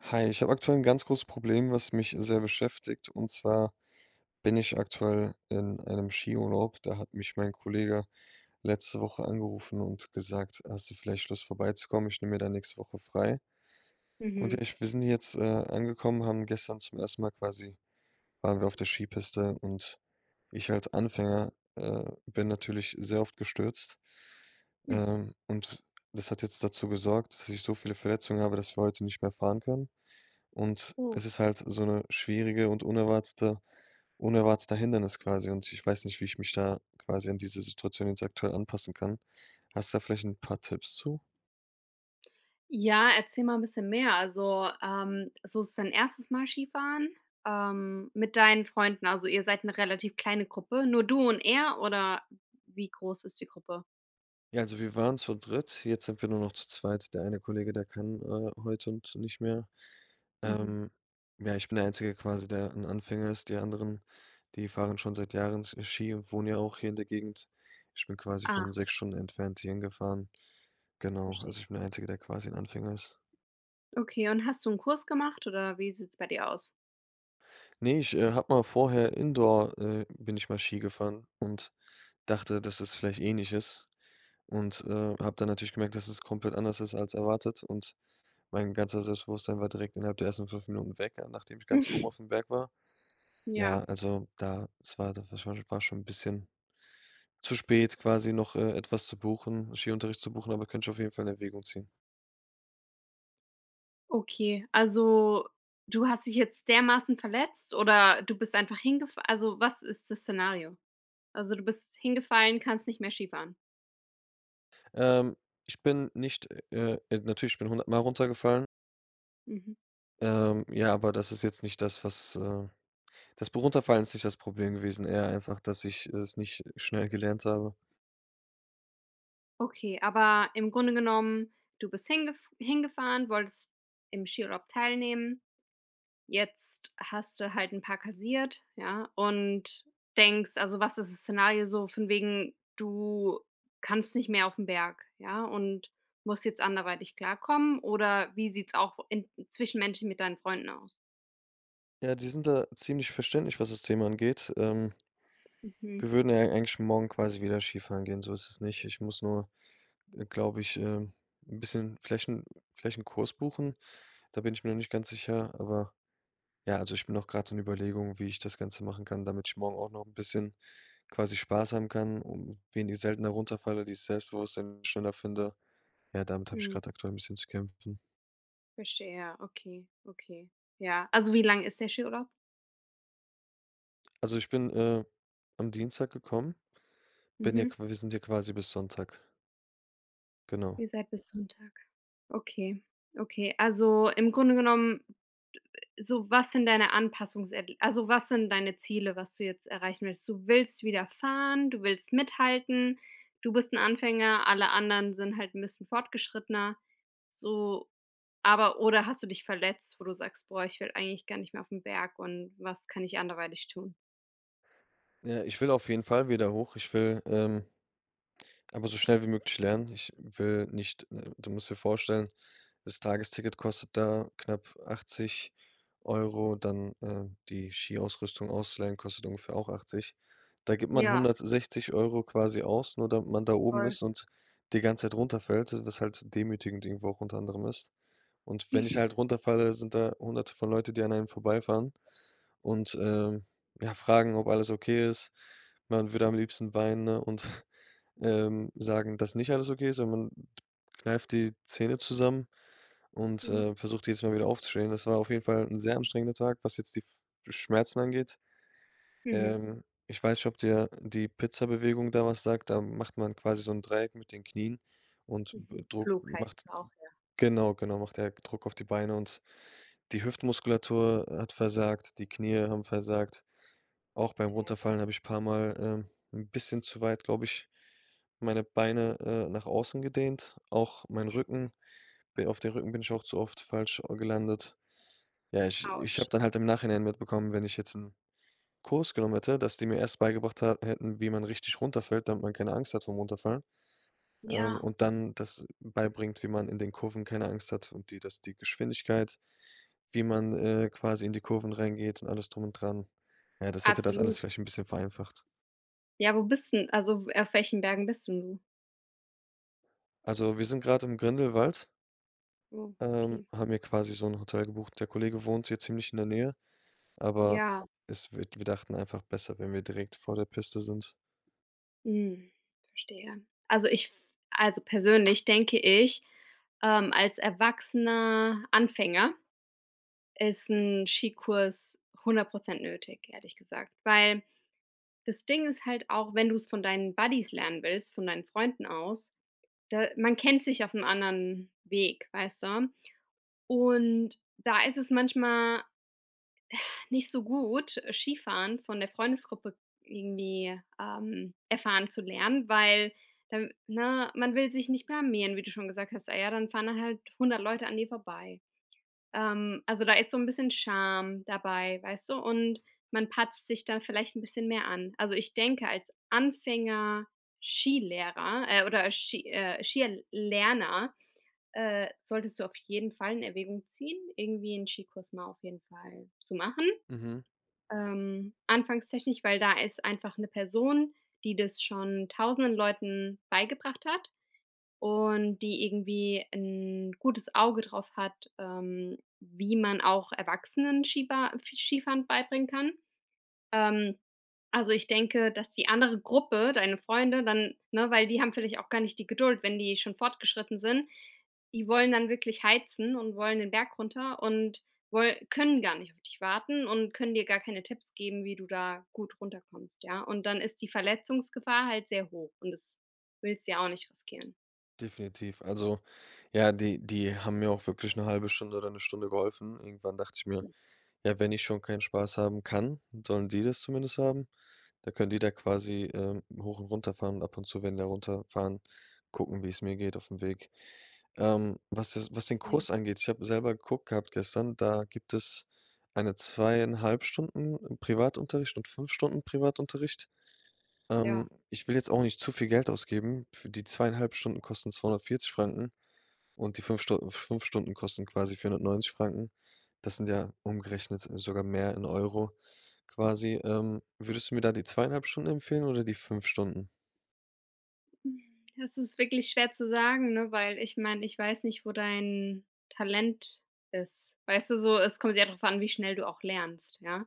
Hi, ich habe aktuell ein ganz großes Problem, was mich sehr beschäftigt. Und zwar bin ich aktuell in einem Skiurlaub. Da hat mich mein Kollege letzte Woche angerufen und gesagt, hast du vielleicht Lust vorbeizukommen? Ich nehme mir da nächste Woche frei. Und ja, Mhm. Wir sind jetzt angekommen, haben gestern zum ersten Mal quasi, waren wir auf der Skipiste und ich als Anfänger bin natürlich sehr oft gestürzt. Hm. Und das hat jetzt dazu gesorgt, dass ich so viele Verletzungen habe, dass wir heute nicht mehr fahren können. Und Oh. es ist halt so eine schwierige und unerwarteter Hindernis quasi und ich weiß nicht, wie ich mich da quasi an diese Situation jetzt aktuell anpassen kann. Hast du da vielleicht ein paar Tipps zu? Ja, erzähl mal ein bisschen mehr. Also, so ist dein erstes Mal Skifahren, mit deinen Freunden. Also, ihr seid eine relativ kleine Gruppe. Nur du und er oder wie groß ist die Gruppe? Ja, also wir waren zu dritt, jetzt sind wir nur noch zu zweit. Der eine Kollege, der kann, heute und nicht mehr. Mhm. Ähm, ja, ich bin der Einzige quasi, der ein Anfänger ist. Die anderen, die fahren schon seit Jahren S Ski und wohnen ja auch hier in der Gegend. Ich bin quasi von Ah, 6 Stunden entfernt hierhin gefahren. Genau, also verstehe. ich bin der Einzige, der quasi ein Anfänger ist. Okay, und hast du einen Kurs gemacht oder wie sieht's bei dir aus? Ne, ich, habe mal vorher Indoor bin ich mal Ski gefahren und dachte, dass es vielleicht ähnlich ist und, habe dann natürlich gemerkt, dass es komplett anders ist als erwartet und mein ganzer Selbstbewusstsein war direkt innerhalb der ersten 5 Minuten weg, nachdem ich ganz oben auf dem Berg war. Ja, Ja, also da war schon 'n bisschen zu spät quasi noch, etwas zu buchen Skiunterricht zu buchen, aber könnte ich auf jeden Fall in Erwägung ziehen. okay. Also, du hast dich jetzt dermaßen verletzt oder du bist einfach hingefallen? Also, was ist das Szenario? Also, du bist hingefallen, kannst nicht mehr Skifahren? Ähm, ich bin nicht, natürlich, ich bin hundertmal runtergefallen, Mhm. Ja, aber das ist jetzt nicht das. Das Runterfallen ist nicht das Problem gewesen, eher einfach, dass ich es nicht schnell gelernt habe. Okay, aber im Grunde genommen, du bist hingefahren, wolltest im Skiurlaub teilnehmen. Jetzt hast du halt ein paar kassiert, ja, und denkst also, was ist das Szenario so von wegen, du kannst nicht mehr auf 'n Berg, ja, und musst jetzt anderweitig klarkommen oder wie sieht's auch in zwischen Menschen mit deinen Freunden aus? Ja, die sind da ziemlich verständlich, was das Thema angeht. Mhm, Wir würden ja eigentlich morgen quasi wieder Skifahren gehen, so ist es nicht. Ich muss nur, glaube ich, 'n bisschen Flächenkurs buchen. Da bin ich mir noch nicht ganz sicher, aber ja, also, ich bin noch gerade in Überlegungen, wie ich das Ganze machen kann, damit ich morgen auch noch ein bisschen quasi Spaß haben kann und wenig seltener runterfalle, dieses Selbstbewusstsein schneller finde. Ja, damit habe ich mhm, gerade aktuell ein bisschen zu kämpfen. verstehe. Okay, okay. Ja, also, wie lang ist der Skiurlaub? Also, ich bin, am Dienstag gekommen, bin hier Mhm. wir sind hier quasi bis Sonntag, genau. Ihr seid bis Sonntag. Okay, okay. Also, im Grunde genommen, so was sind deine also, was sind deine Ziele, was du jetzt erreichen willst? Du willst wieder fahren, du willst mithalten, du bist ein Anfänger, alle anderen sind halt 'n bisschen fortgeschrittener, so aber oder hast du dich verletzt, wo du sagst: „Boah, ich will eigentlich gar nicht mehr auf den Berg und was kann ich anderweitig tun?“ Ja, ich will auf jeden Fall wieder hoch. Ich will, aber so schnell wie möglich lernen. Ich will nicht. Du musst dir vorstellen, das Tagesticket kostet da knapp 80 Euro, dann, die Skiausrüstung auszuleihen kostet ungefähr auch 80. Da gibt man Ja, 160 € quasi aus, nur damit man da oben voll. ist und die ganze Zeit runterfällt, was halt demütigend irgendwo auch unter anderem ist. Und wenn ich halt runterfalle, sind da Hunderte von Leute, die an einem vorbeifahren und, ja, fragen, ob alles okay ist. Man würde am liebsten weinen, ne, und, sagen, dass nicht alles okay ist, aber man kneift die Zähne zusammen und, Mhm, versucht jedes Mal wieder aufzustehen. Das war auf jeden Fall ein sehr anstrengender Tag, was jetzt die Schmerzen angeht. mhm, Ich weiß nicht, ob dir die Pizza-Bewegung da was sagt. Da macht man quasi so ein Dreieck mit den Knien und b mhm. drückt Flug heißt macht auch. genau, genau, macht er Druck auf die Beine und die Hüftmuskulatur hat versagt, die Knie haben versagt. Auch beim Heißt. Runterfallen habe ich paarmal, ein bisschen zu weit, glaube ich, meine Beine, nach außen gedehnt. Auch mein Rücken bi auf den Rücken bin ich auch zu oft falsch o gelandet. Ja, ich Autsch. habe dann halt im Nachhinein mitbekommen, wenn ich jetzt einen Kurs genommen hätte, dass die mir erst beigebracht ha hätten, wie man richtig runterfällt, damit man keine Angst hat vom Runterfallen Ja, und dann das beibringt, wie man in den Kurven keine Angst hat und die dass die Geschwindigkeit, wie man, quasi in die Kurven reingeht und alles drum und dran. Ja, das hätte das alles absolut. vielleicht ein bisschen vereinfacht. Ja, wo bist 'n also, auf welchen Bergen bist 'n du? Also, wir sind gerade im Grindelwald, Oh, okay. haben hier quasi so ein Hotel gebucht. Der Kollege wohnt hier ziemlich in der Nähe, aber Ja, es wird wir dachten einfach besser, wenn wir direkt vor der Piste sind. mhm, verstehe. Also, ich also, persönlich denke ich, als erwachsener Anfänger ist ein Skikurs 100% nötig, ehrlich gesagt. Weil das Ding ist halt auch, wenn du es von deinen Buddies lernen willst, von deinen Freunden aus, da man kennt sich auf 'nem anderen Weg, weißt du? Und da ist es manchmal nicht so gut, Skifahren von der Freundesgruppe irgendwie, erfahren zu lernen, weil dann ne, man will sich nicht blamieren, wie du schon gesagt hast. Ah ja, dann fahren dann halt 100 Leute an dir vorbei. Also, da ist so ein bisschen Scham dabei, weißt du? Und man patzt sich dann vielleicht ein bisschen mehr an. Also, ich denke, als Anfänger Skilehrer, oder Skierlerner, solltest du auf jeden Fall in Erwägung ziehen, irgendwie einen Skikurs mal auf jeden Fall zu machen. Mhm, Anfangstechnik, weil da ist einfach eine Person, die das schon tausenden Leuten beigebracht hat und die irgendwie ein gutes Auge drauf hat, wie man auch Erwachsenen Skiba Skifahren beibringen kann. Ähm, also, ich denke, dass die andere Gruppe, deine Freunde dann ne, weil die haben vielleicht auch gar nicht die Geduld, wenn die schon fortgeschritten sind. Die wollen dann wirklich heizen und wollen den Berg runter und woll können gar nicht auf dich warten und können dir gar keine Tipps geben, wie du da gut runterkommst, ja? Und dann ist die Verletzungsgefahr halt sehr hoch und das willst du ja auch nicht riskieren. definitiv. Also, ja, die haben mir auch wirklich eine halbe Stunde oder eine Stunde geholfen. Irgendwann dachte ich mir, ja, wenn ich schon keinen Spaß haben kann, sollen die das zumindest haben. Da können die da quasi, hoch und runter fahren und ab und zu, wenn die da runterfahren, gucken, wie es mir geht auf dem Weg. Was den Kurs angeht, ich habe selber geguckt gehabt gestern, da gibt es eine 2,5 Stunden Privatunterricht und 5 Stunden Privatunterricht. Ja. Ich will jetzt auch nicht zu viel Geld ausgeben. Für die 2,5 Stunden kosten 240 Franken. Und die 5 Stu 5 Stunden kosten quasi 490. Das sind ja umgerechnet sogar mehr in Euro quasi. Würdest du mir da die 2,5 Stunden empfehlen oder die 5 Stunden? Das ist wirklich schwer zu sagen, ne, weil ich meine, ich weiß nicht, wo dein Talent ist. Weißt du so, es kommt ja darauf an, wie schnell du auch lernst, ja?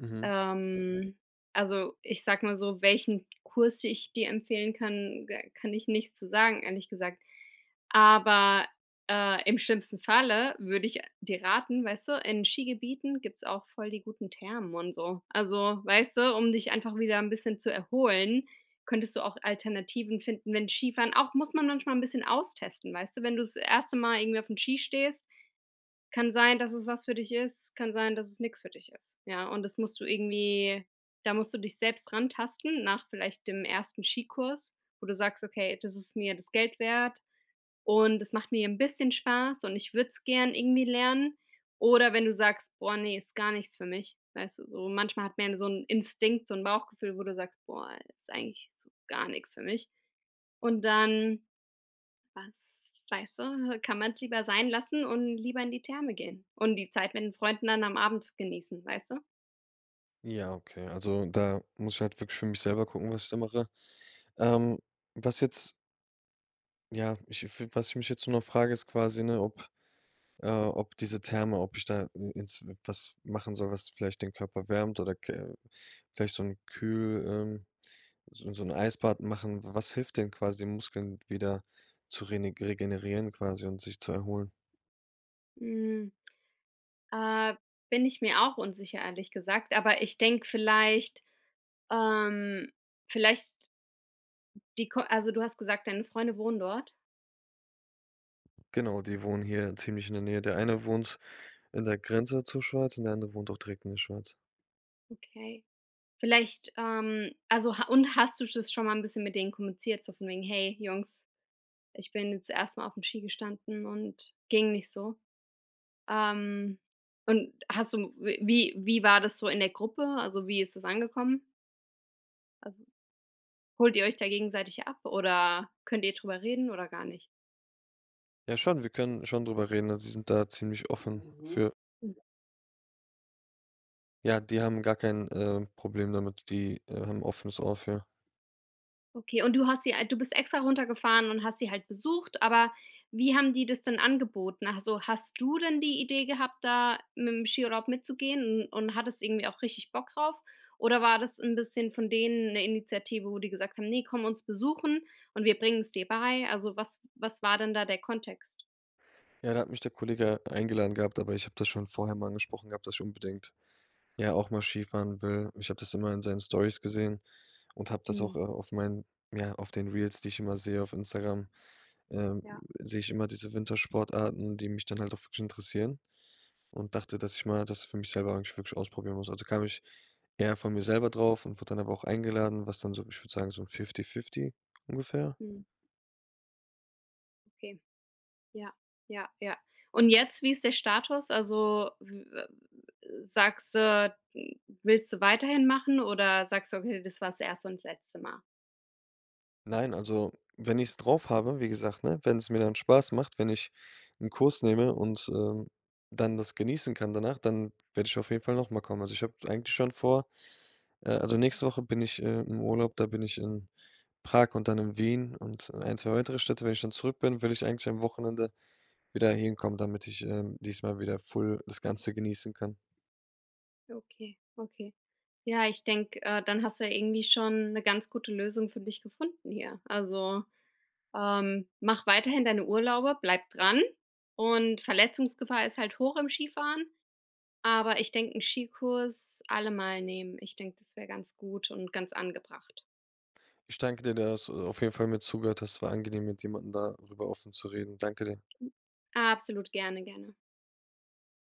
Mhm. Ähm, also, ich sage mal so, welchen Kurs ich dir empfehlen kann, da kann ich nichts zu sagen, ehrlich gesagt. Aber, im schlimmsten Falle würde ich dir raten, weißt du, in Skigebieten gibt's auch voll die guten Thermen und so. Also, weißt du, um dich einfach wieder ein bisschen zu erholen, könntest du auch Alternativen finden, wenn Skifahren auch muss man manchmal ein bisschen austesten, weißt du? Wenn du das erste Mal irgendwie auf dem Ski stehst kann sein, dass es was für dich ist, kann sein, dass es nichts für dich ist, ja? Und das musst du irgendwie da musst du dich selbst rantasten nach vielleicht dem ersten Skikurs, wo du sagst: „Okay, das ist mir das Geld wert und es macht mir ein bisschen Spaß und ich würde es gern irgendwie lernen.“ Oder wenn du sagst: „Boah, nee, ist gar nichts für mich.“ Weißt du, so manchmal hat man ja so einen Instinkt, so ein Bauchgefühl, wo du sagst: „Boah, ist eigentlich so gar nichts für mich.“ Und dann was weißt du, kann man es lieber sein lassen und lieber in die Therme gehen und die Zeit mit den Freunden dann am Abend genießen, weißt du? Ja, okay. Also, da muss ich halt wirklich für mich selber gucken, was ich da mache. Ähm, was jetzt ja, ich w was ich mich jetzt nur noch frage, ist quasi, ne, ob ob diese Therme ob ich da ins was machen soll, was vielleicht den Körper wärmt oder ke vielleicht so ein Kühl so 'n Eisbad machen. Was hilft denn quasi, den Muskeln wieder zu rene regenerieren quasi und sich zu erholen? Hm, äh, bin ich mir auch unsicher, ehrlich gesagt, aber ich denke vielleicht ähm, vielleicht die Ko also, du hast gesagt, deine Freunde wohnen dort? Genau, die wohnen hier ziemlich in der Nähe. Der eine wohnt in der Grenze zur Schweiz und der andere wohnt auch direkt in der Schweiz. Okay. Vielleicht, also, ha und hast du das schon mal ein bisschen mit denen kommuniziert, so von wegen: „Hey, Jungs.“ Ich bin jetzt erst mal dem Ski gestanden und ging nicht so. Ähm, und hast du wie war das so in der Gruppe? Also, wie ist das angekommen? Also, holt ihr euch da gegenseitig ab oder könnt ihr drüber reden oder gar nicht? Ja schon, wir können schon drüber reden, also, sie sind da ziemlich offen für. Ja, die haben gar kein, Problem damit. Die, haben 'n offenes Ohr für. Okay, und du hast sie du bist extra runtergefahren und hast sie halt besucht, aber wie haben die das denn angeboten? Also, hast du denn die Idee gehabt, da mit dem Skiurlaub mitzugehen und hattest irgendwie auch richtig Bock drauf? Oder war das ein bisschen von denen eine Initiative, wo die gesagt haben: „Nee, komm uns besuchen und wir bringen es dir bei.“ Also, was war denn da der Kontext? Ja, da hat mich der Kollege eingeladen gehabt, aber ich habe das schon vorher mal angesprochen gehabt, dass ich unbedingt, ja, auch mal Skifahren will. Ich habe das immer in seinen Stories gesehen und habe das auch, Mhm, auf meinen ja, auf den Reels, die ich immer sehe auf Instagram, ähm, ja, sehe ich immer diese Wintersportarten, die mich dann halt auch wirklich interessieren und dachte, dass ich mal das für mich selber eigentlich wirklich ausprobieren muss. Also, kam ich eher von mir selber drauf und wurde dann aber auch eingeladen, was dann so, ich würde sagen, so ein Fifty-Fifty ungefähr. mhm, okay. Ja, ja, ja. Und jetzt, wie ist der Status? Also, w w sagst du, hm, willst du weiterhin machen oder sagst du: „Okay, das war das erste und letzte Mal?“ Nein, also, wenn ich es drauf habe, wie gesagt, ne, wenn es mir dann Spaß macht, wenn ich einen Kurs nehme und, dann das genießen kann danach, dann werde ich auf jeden Fall noch mal kommen. Also, ich habe eigentlich schon vor also, nächste Woche bin ich, im Urlaub, da bin ich in Prag und dann in Wien und ein 2 weitere Städte. Wenn ich dann zurück bin, will ich eigentlich am Wochenende wieder hinkommen, damit ich, diesmal wieder full das Ganze genießen kann. Okay, okay. Ja, ich denke, dann hast du ja irgendwie schon eine ganz gute Lösung für dich gefunden hier. Also, mach weiterhin deine Urlaube, bleib dran und Verletzungsgefahr ist halt hoch im Skifahren, aber ich denke, 'n Skikurs allemal nehmen. Ich denke, das wäre ganz gut und ganz angebracht. Ich danke dir, dass du auf jeden Fall mir zugehört hast. Es war angenehm, mit jemandem darüber offen zu reden. Danke dir. Absolut, gerne, gerne.